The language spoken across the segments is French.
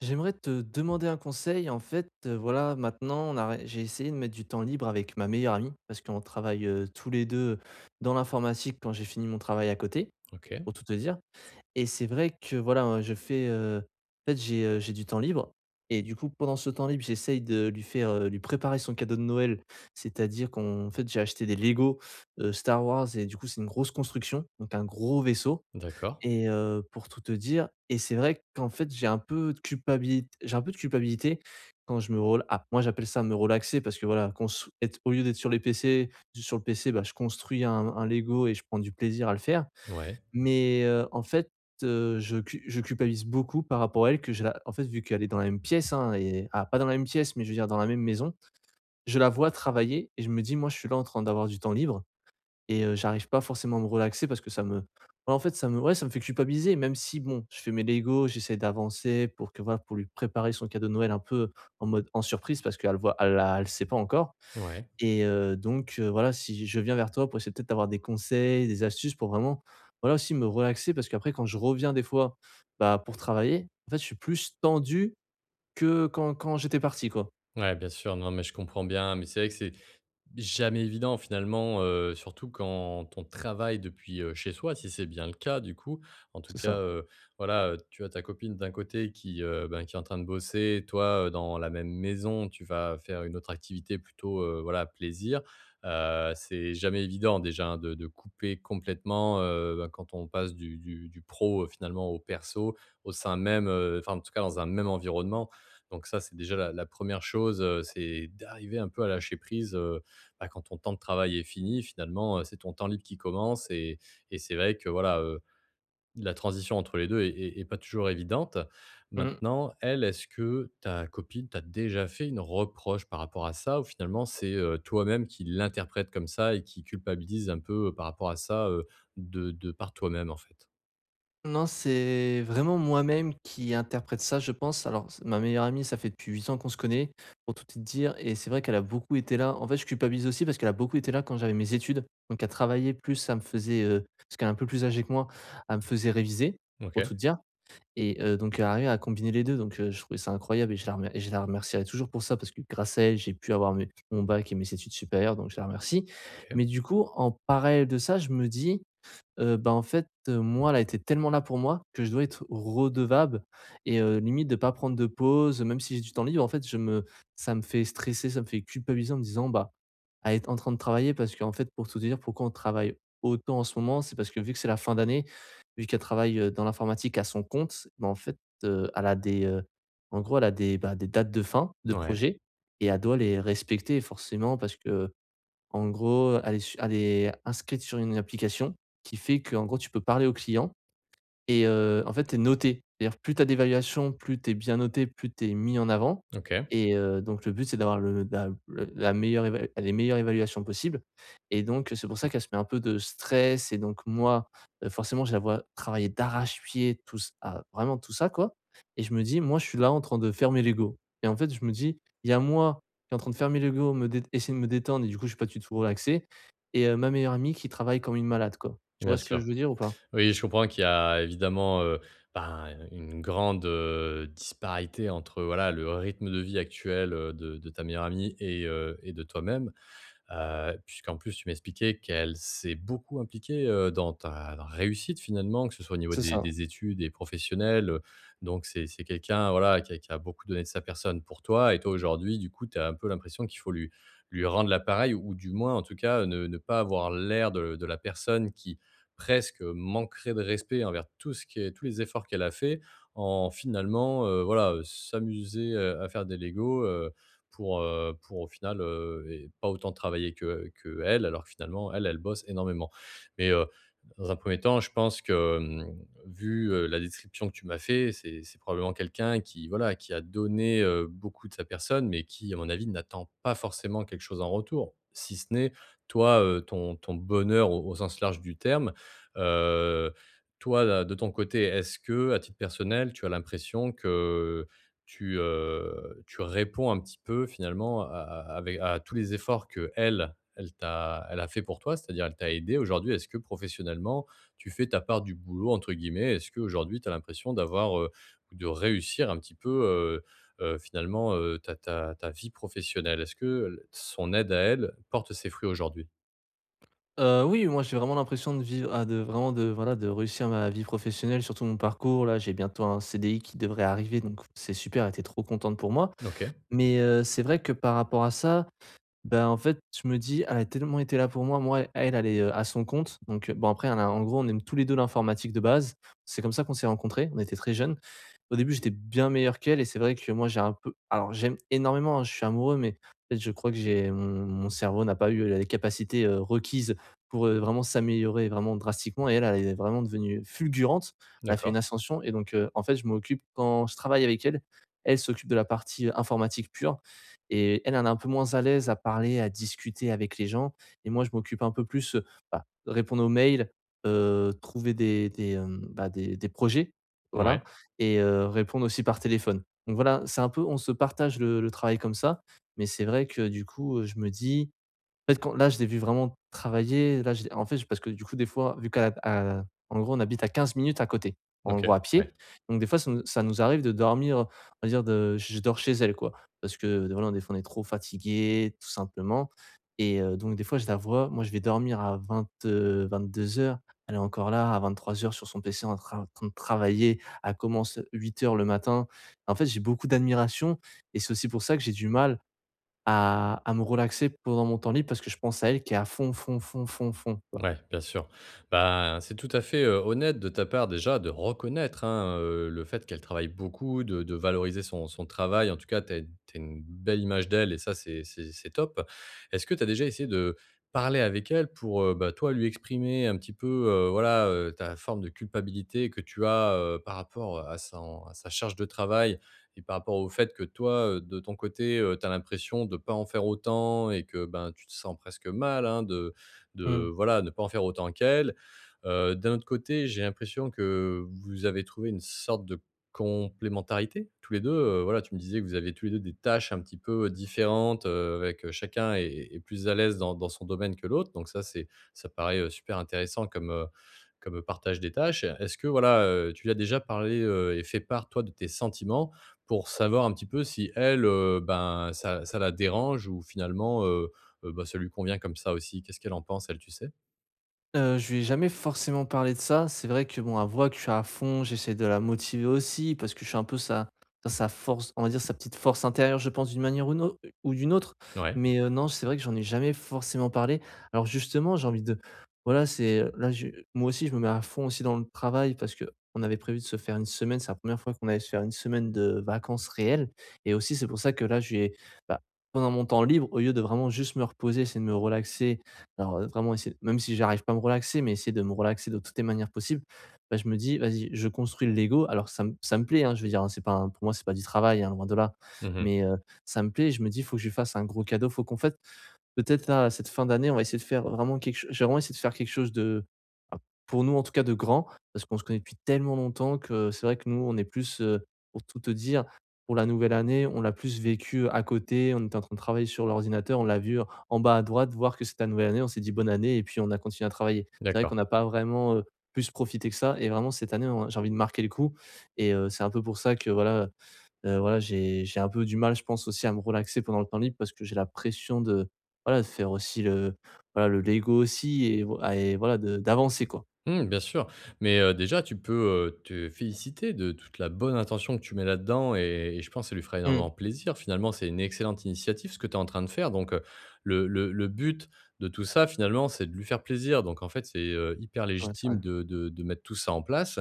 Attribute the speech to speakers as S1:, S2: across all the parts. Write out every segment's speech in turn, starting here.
S1: J'aimerais te demander un conseil. En fait, voilà, maintenant, j'ai essayé de mettre du temps libre avec ma meilleure amie parce qu'on travaille, tous les 2 dans l'informatique quand j'ai fini mon travail à côté,
S2: OK,
S1: pour tout te dire. Et c'est vrai que, voilà, en fait, j'ai du temps libre et du coup, pendant ce temps libre, j'essaye de lui préparer son cadeau de Noël. C'est-à-dire qu'en fait, j'ai acheté des Lego, Star Wars, et du coup, c'est une grosse construction, donc un gros vaisseau.
S2: d'accord.
S1: Et pour tout te dire, et c'est vrai qu'en fait, j'ai un peu de culpabilité. J'ai un peu de culpabilité quand je me rela ah, moi, j'appelle ça me relaxer parce que voilà, cons être au lieu d'être sur le PC, bah, je construis un Lego et je prends du plaisir à le faire.
S2: Ouais,
S1: Mais en fait, je culpabilise beaucoup par rapport à elle, que je la en fait, vu qu'elle est dans la même pièce, hein, et ah, pas dans la même pièce, mais je veux dire dans la même maison, je la vois travailler et je me dis: «Moi, je suis là en train d'avoir du temps libre». Et j'arrive pas forcément à me relaxer parce que ça me voilà, en fait, ça me ouais, ça me fait culpabiliser, même si bon, je fais mes Lego, j'essaie d'avancer pour que voilà, pour lui préparer son cadeau de Noël un peu en mode en surprise, parce qu'elle voit elle l'a elle sait pas encore.
S2: ouais.
S1: Et voilà, si je viens vers toi pour essayer peut-être d'avoir des conseils, des astuces pour vraiment, voilà, aussi me relaxer, parce qu'après quand je reviens des fois, bah, pour travailler, en fait, je suis plus tendu que quand j'étais parti, quoi.
S2: Ouais, bien sûr, non, mais je comprends bien, mais c'est vrai que c'est jamais évident finalement, surtout quand on travaille depuis chez soi, si c'est bien le cas du coup. En tout
S1: C'est
S2: cas,
S1: ça.
S2: voilà, tu as ta copine d'un côté qui, ben, qui est en train de bosser, toi, dans la même maison, tu vas faire une autre activité plutôt, voilà, plaisir. C'est jamais évident déjà, hein, de couper complètement, ben, quand on passe du pro, finalement au perso, au sein même, enfin en tout cas dans un même environnement. Donc ça, c'est déjà la 1re chose, c'est d'arriver un peu à lâcher prise, bah, quand ton temps de travail est fini, finalement, c'est ton temps libre qui commence et c'est vrai que voilà, la transition entre les 2 est pas toujours évidente.
S1: Mmh.
S2: Maintenant, elle, est-ce que ta copine t'a déjà fait une reproche par rapport à ça ou finalement c'est, toi-même qui l'interprète comme ça et qui culpabilise un peu, par rapport à ça, de par toi-même, en fait?
S1: Non, c'est vraiment moi-même qui interprète ça, je pense. Alors, c'est ma meilleure amie, ça fait depuis 8 ans qu'on se connaît, pour tout te dire, et c'est vrai qu'elle a beaucoup été là. En fait, je culpabilise aussi parce qu'elle a beaucoup été là quand j'avais mes études. Donc, à travailler plus, parce qu'elle est un peu plus âgée que moi, elle me faisait réviser,
S2: OK,
S1: pour tout te dire. Et donc, elle arrivait à combiner les deux. Donc, je trouvais ça incroyable et et je la remercierai toujours pour ça, parce que grâce à elle, j'ai pu avoir mon bac et mes études supérieures. Donc, je la remercie.
S2: OK.
S1: Mais du coup, en parallèle de ça, je me dis, bah, en fait, moi, elle a été tellement là pour moi que je dois être redevable et limite de pas prendre de pause, même si j'ai du temps libre. En fait, je me ça me fait stresser, ça me fait culpabiliser en me disant: «Bah, à être en train de travailler». Parce qu'en fait, pour tout te dire, pourquoi on travaille autant en ce moment, c'est parce que vu que c'est la fin d'année, vu qu'elle travaille, dans l'informatique à son compte, bah, en fait, elle a des, en gros, elle a des, bah, des dates de fin de
S2: Ouais,
S1: projet, et elle doit les respecter forcément, parce que, en gros, elle est inscrite sur une application qui fait que, en gros, tu peux parler au client. Et en fait, tu es noté. C'est-à-dire, plus tu as d'évaluation, plus tu es bien noté, plus tu es mis en avant.
S2: OK,
S1: Et donc le but, c'est d'avoir le la meilleure évalu les meilleures évaluations possibles, et donc c'est pour ça qu'elle se met un peu de stress. Et donc moi, forcément, je la vois travailler d'arrache-pied, vraiment tout ça, quoi. Et je me dis: «Moi, je suis là en train de faire mes Legos». Et en fait, je me dis: «Il y a moi qui est en train de faire mes Legos, me dét essayer de me détendre, et du coup, je suis pas du tout relaxé, et ma meilleure amie qui travaille comme une malade», quoi. Tu vois
S2: bien
S1: ce que
S2: sûr.
S1: je veux dire ou pas?
S2: Oui, je comprends qu'il y a évidemment, ben, une grande, disparité entre, voilà, le rythme de vie actuel, de ta meilleure amie et de toi-même. Puisqu'en plus tu m'expliquais qu'elle s'est beaucoup impliquée, dans ta réussite finalement, que ce soit au niveau
S1: C'est
S2: des
S1: ça.
S2: des études et professionnelles, donc c'est quelqu'un voilà qui a beaucoup donné de sa personne pour toi et toi aujourd'hui du coup tu as un peu l'impression qu'il faut lui rendre la pareille ou du moins en tout cas ne pas avoir l'air de la personne qui presque manquerait de respect envers tout ce qui est tous les efforts qu'elle a fait en finalement, voilà, s'amuser, à faire des Lego, pour au final, et pas autant travailler que qu'elle, alors que finalement elle, elle bosse énormément. Mais, dans un premier temps, je pense que, vu, la description que tu m'as fait, c'est probablement quelqu'un qui, voilà, qui a donné, beaucoup de sa personne, mais qui, à mon avis, n'attend pas forcément quelque chose en retour. Si ce n'est toi, ton ton bonheur au au sens large du terme. Heu, Toi, de ton côté, est-ce que, à titre personnel, tu as l'impression que tu, tu réponds un petit peu finalement à avec à tous les efforts que elle t'a elle a fait pour toi, c'est-à-dire elle t'a aidé. Aujourd'hui, est-ce que professionnellement, tu fais ta part «du boulot» entre guillemets? Est-ce qu'aujourd'hui, tu as l'impression d'avoir, ou de réussir un petit peu, finalement, ta vie professionnelle? Est-ce que son aide à elle porte ses fruits aujourd'hui?
S1: Oui, moi, j'ai vraiment l'impression de vivre ah, de vraiment de voilà, de réussir ma vie professionnelle, surtout mon parcours. Là, j'ai bientôt un CDI qui devrait arriver, donc c'est super, elle était trop contente pour moi.
S2: OK,
S1: Mais, c'est vrai que par rapport à ça, ben en fait, je me dis: «Elle a tellement été là pour moi». Moi, elle, elle est, à son compte, donc, bon, après, elle a en gros, on aime tous les 2 l'informatique de base. C'est comme ça qu'on s'est rencontrés, on était très jeunes. Au début, j'étais bien meilleur qu'elle, et c'est vrai que moi, j'ai un peu alors, j'aime énormément, hein, je suis amoureux, mais peut-être, je crois que j'ai mon mon cerveau n'a pas eu les capacités, requises pour, vraiment s'améliorer vraiment drastiquement, et elle, elle est vraiment devenue fulgurante. Elle a fait
S2: d'accord.
S1: une ascension. Et donc en fait, je m'occupe quand je travaille avec elle, elle s'occupe de la partie, informatique pure, et elle, elle est un peu moins à l'aise à parler, à discuter avec les gens, et moi, je m'occupe un peu plus, bah, de répondre aux mails, trouver bah, des projets, voilà,
S2: Ouais,
S1: et répondre aussi par téléphone. Donc voilà, c'est un peu on se partage le travail comme ça, mais c'est vrai que du coup, je me dis en fait, quand là, je l'ai vu vraiment travailler. Là, je l'ai en fait, je- parce que du coup, des fois, à, en gros, on habite à 15 minutes à côté, en
S2: OK,
S1: gros à pied.
S2: ouais.
S1: Donc des fois, ça nous arrive de dormir, on va dire de je dors chez elle, quoi. Parce que voilà, des fois, on est trop fatigués, tout simplement. Et donc des fois, je la vois, moi, je vais dormir à 20 heures. Elle est encore là à 23 heures sur son PC en train de travailler. Elle commence 8 heures le matin. En fait, j'ai beaucoup d'admiration, et c'est aussi pour ça que j'ai du mal à me relaxer pendant mon temps libre, parce que je pense à elle qui est à fond, fond, fond, fond, fond, quoi.
S2: Ouais, bien sûr. Bah, c'est tout à fait, honnête de ta part déjà de reconnaître, hein, le fait qu'elle travaille beaucoup, de valoriser son travail. En tout cas, tu as une belle image d'elle et ça, c'est top. Est-ce que tu as déjà essayé de parler avec elle pour, bah, toi, lui exprimer un petit peu, voilà, ta forme de culpabilité que tu as, par rapport à son à sa charge de travail et par rapport au fait que toi, de ton côté, tu as l'impression de ne pas en faire autant et que, ben, tu te sens presque mal, hein, de
S1: Mmh.
S2: voilà, ne pas en faire autant qu'elle. D'un autre côté, j'ai l'impression que vous avez trouvé une sorte de complémentarité tous les 2 voilà, tu me disais que vous aviez tous les 2 des tâches un petit peu différentes, avec, chacun est plus à l'aise dans son domaine que l'autre, donc ça c'est ça paraît, super intéressant comme, comme, partage des tâches. Est-ce que voilà, tu lui as déjà parlé, et fait part toi de tes sentiments pour savoir un petit peu si elle, ben ça la dérange ou finalement, heu, bah, ça lui convient comme ça aussi. Qu'est-ce qu'elle en pense elle, tu sais?
S1: Je lui ai jamais forcément parlé de ça. C'est vrai que bon, elle voit que je suis à fond, j'essaie de la motiver aussi, parce que je suis un peu sa force, on va dire sa petite force intérieure, je pense, d'une manière ou d'une autre.
S2: Ouais.
S1: Mais, non, c'est vrai que j'en ai jamais forcément parlé. Alors justement, j'ai envie de voilà, c'est, là, je moi aussi, je me mets à fond aussi dans le travail, parce que on avait prévu de se faire une semaine. C'est la première fois qu'on allait se faire une semaine de vacances réelles, et aussi c'est pour ça que là, bah, pendant mon temps libre, au lieu de vraiment juste me reposer, essayer de me relaxer. Alors, vraiment essayer, même si j'arrive pas à me relaxer, mais essayer de me relaxer de toutes les manières possibles. Bah, je me dis: «Vas-y, je construis le Lego». Alors ça me plaît, hein, je veux dire, hein, c'est pas un pour moi, c'est pas du travail, hein, loin de là.
S2: Mmh.
S1: Mais ça me plaît, je me dis: «Faut que je lui fasse un gros cadeau, faut qu'on fasse. Peut-être là, à cette fin d'année, on va essayer de faire vraiment quelque chose. J'ai vraiment essayé de faire quelque chose de, bah, pour nous en tout cas de grand, parce qu'on se connaît depuis tellement longtemps que c'est vrai que nous, on est plus, pour tout te dire, pour la nouvelle année, on l'a plus vécu à côté, on était en train de travailler sur l'ordinateur, on l'a vu en bas à droite voir que c'était la nouvelle année, on s'est dit: «Bonne année», et puis on a continué à travailler. C'est vrai qu'on
S2: D'accord.
S1: n'a pas vraiment, plus profité que ça, et vraiment cette année, on j'ai envie de marquer le coup. Et c'est un peu pour ça que voilà, voilà, j'ai un peu du mal, je pense aussi à me relaxer pendant le temps libre, parce que j'ai la pression de, voilà, de faire aussi le l'ego aussi, et voilà, de d'avancer quoi.
S2: Mmh, bien sûr, mais déjà tu peux, te féliciter de toute la bonne intention que tu mets là-dedans et je pense que ça lui fera
S1: Mmh.
S2: énormément plaisir. Finalement, c'est une excellente initiative ce que tu es en train de faire donc le but de tout ça finalement, c'est de lui faire plaisir donc en fait, c'est, hyper
S1: Ouais, c'est
S2: légitime
S1: vrai.
S2: de de mettre tout ça en place.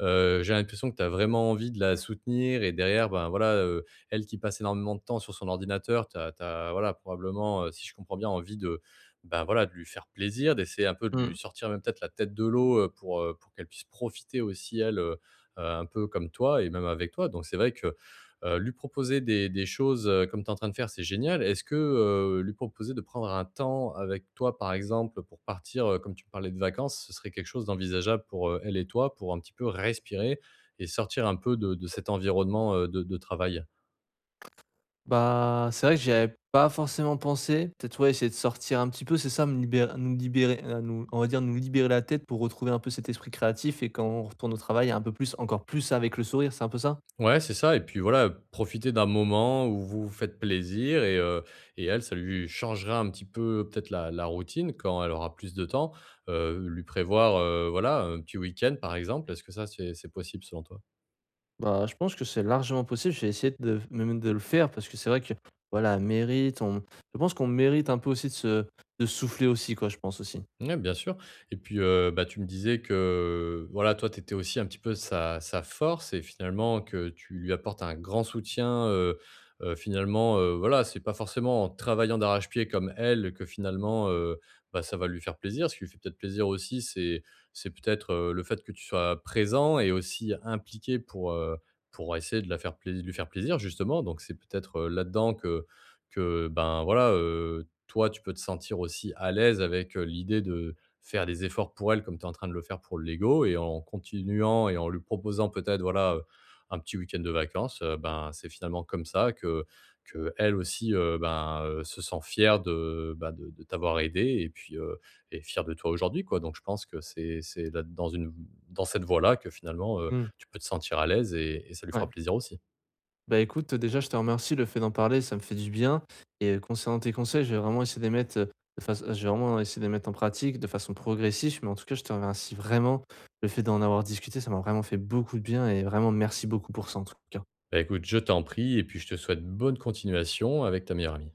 S2: J'ai l'impression que tu as vraiment envie de la soutenir et derrière, ben, voilà, elle qui passe énormément de temps sur son ordinateur, tu as voilà probablement, si je comprends bien, envie de ben voilà, de lui faire plaisir, d'essayer un peu de lui
S1: Mmh.
S2: sortir même peut-être la tête de l'eau, pour qu'elle puisse profiter aussi elle, un peu comme toi et même avec toi. Donc c'est vrai que, lui proposer des choses, comme tu es en train de faire, c'est génial. Est-ce que, lui proposer de prendre un temps avec toi, par exemple, pour partir, comme tu me parlais de vacances, ce serait quelque chose d'envisageable pour, elle et toi, pour un petit peu respirer et sortir un peu de cet environnement, de travail?
S1: Bah, c'est vrai que j'y avais pas forcément pensé. Peut-être, ouais, essayer de sortir un petit peu, c'est ça, me libérer nous libérer, nous, on va dire nous libérer la tête, pour retrouver un peu cet esprit créatif, et quand on retourne au travail, un peu plus encore plus avec le sourire, c'est un peu ça?
S2: Ouais, c'est ça et puis voilà, profiter d'un moment où vous vous faites plaisir et elle, ça lui changera un petit peu peut-être la routine quand elle aura plus de temps, lui prévoir, voilà, un petit week-end par exemple. Est-ce que ça, c'est possible selon toi?
S1: Bah, je pense que c'est largement possible. J'ai essayé de même de le faire, parce que c'est vrai que voilà, mérite, on je pense qu'on mérite un peu aussi de se de souffler aussi quoi, je pense aussi.
S2: Ouais, bien sûr. Et puis, bah, tu me disais que, voilà, toi, tu étais aussi un petit peu sa force et finalement que tu lui apportes un grand soutien, finalement, voilà, c'est pas forcément en travaillant d'arrache-pied comme elle que finalement, bah, ça va lui faire plaisir. Ce qui lui fait peut-être plaisir aussi, c'est peut-être, le fait que tu sois présent et aussi impliqué pour essayer de la faire plais lui faire plaisir justement. Donc c'est peut-être, là-dedans que, ben, voilà, toi, tu peux te sentir aussi à l'aise avec, l'idée de faire des efforts pour elle comme tu es en train de le faire pour le Lego et en continuant et en lui proposant peut-être, voilà, un petit week-end de vacances, ben, c'est finalement comme ça que elle aussi, ben, se sent fière de, bah, de t'avoir aidé et puis, et fière de toi aujourd'hui, quoi. Donc je pense que c'est là dans une dans cette voie-là que finalement,
S1: Mmh,
S2: tu peux te sentir à l'aise et ça lui fera
S1: ouais.
S2: plaisir aussi.
S1: Bah, écoute, déjà, je te remercie. Le fait d'en parler, ça me fait du bien. Et concernant tes conseils, je vais vraiment essayer de les mettre, de faç je vais vraiment essayer de les mettre en pratique de façon progressive, mais en tout cas, je te remercie vraiment. Le fait d'en avoir discuté, ça m'a vraiment fait beaucoup de bien, et vraiment merci beaucoup pour ça, en tout cas.
S2: Bah, écoute, je t'en prie et puis je te souhaite bonne continuation avec ta meilleure amie.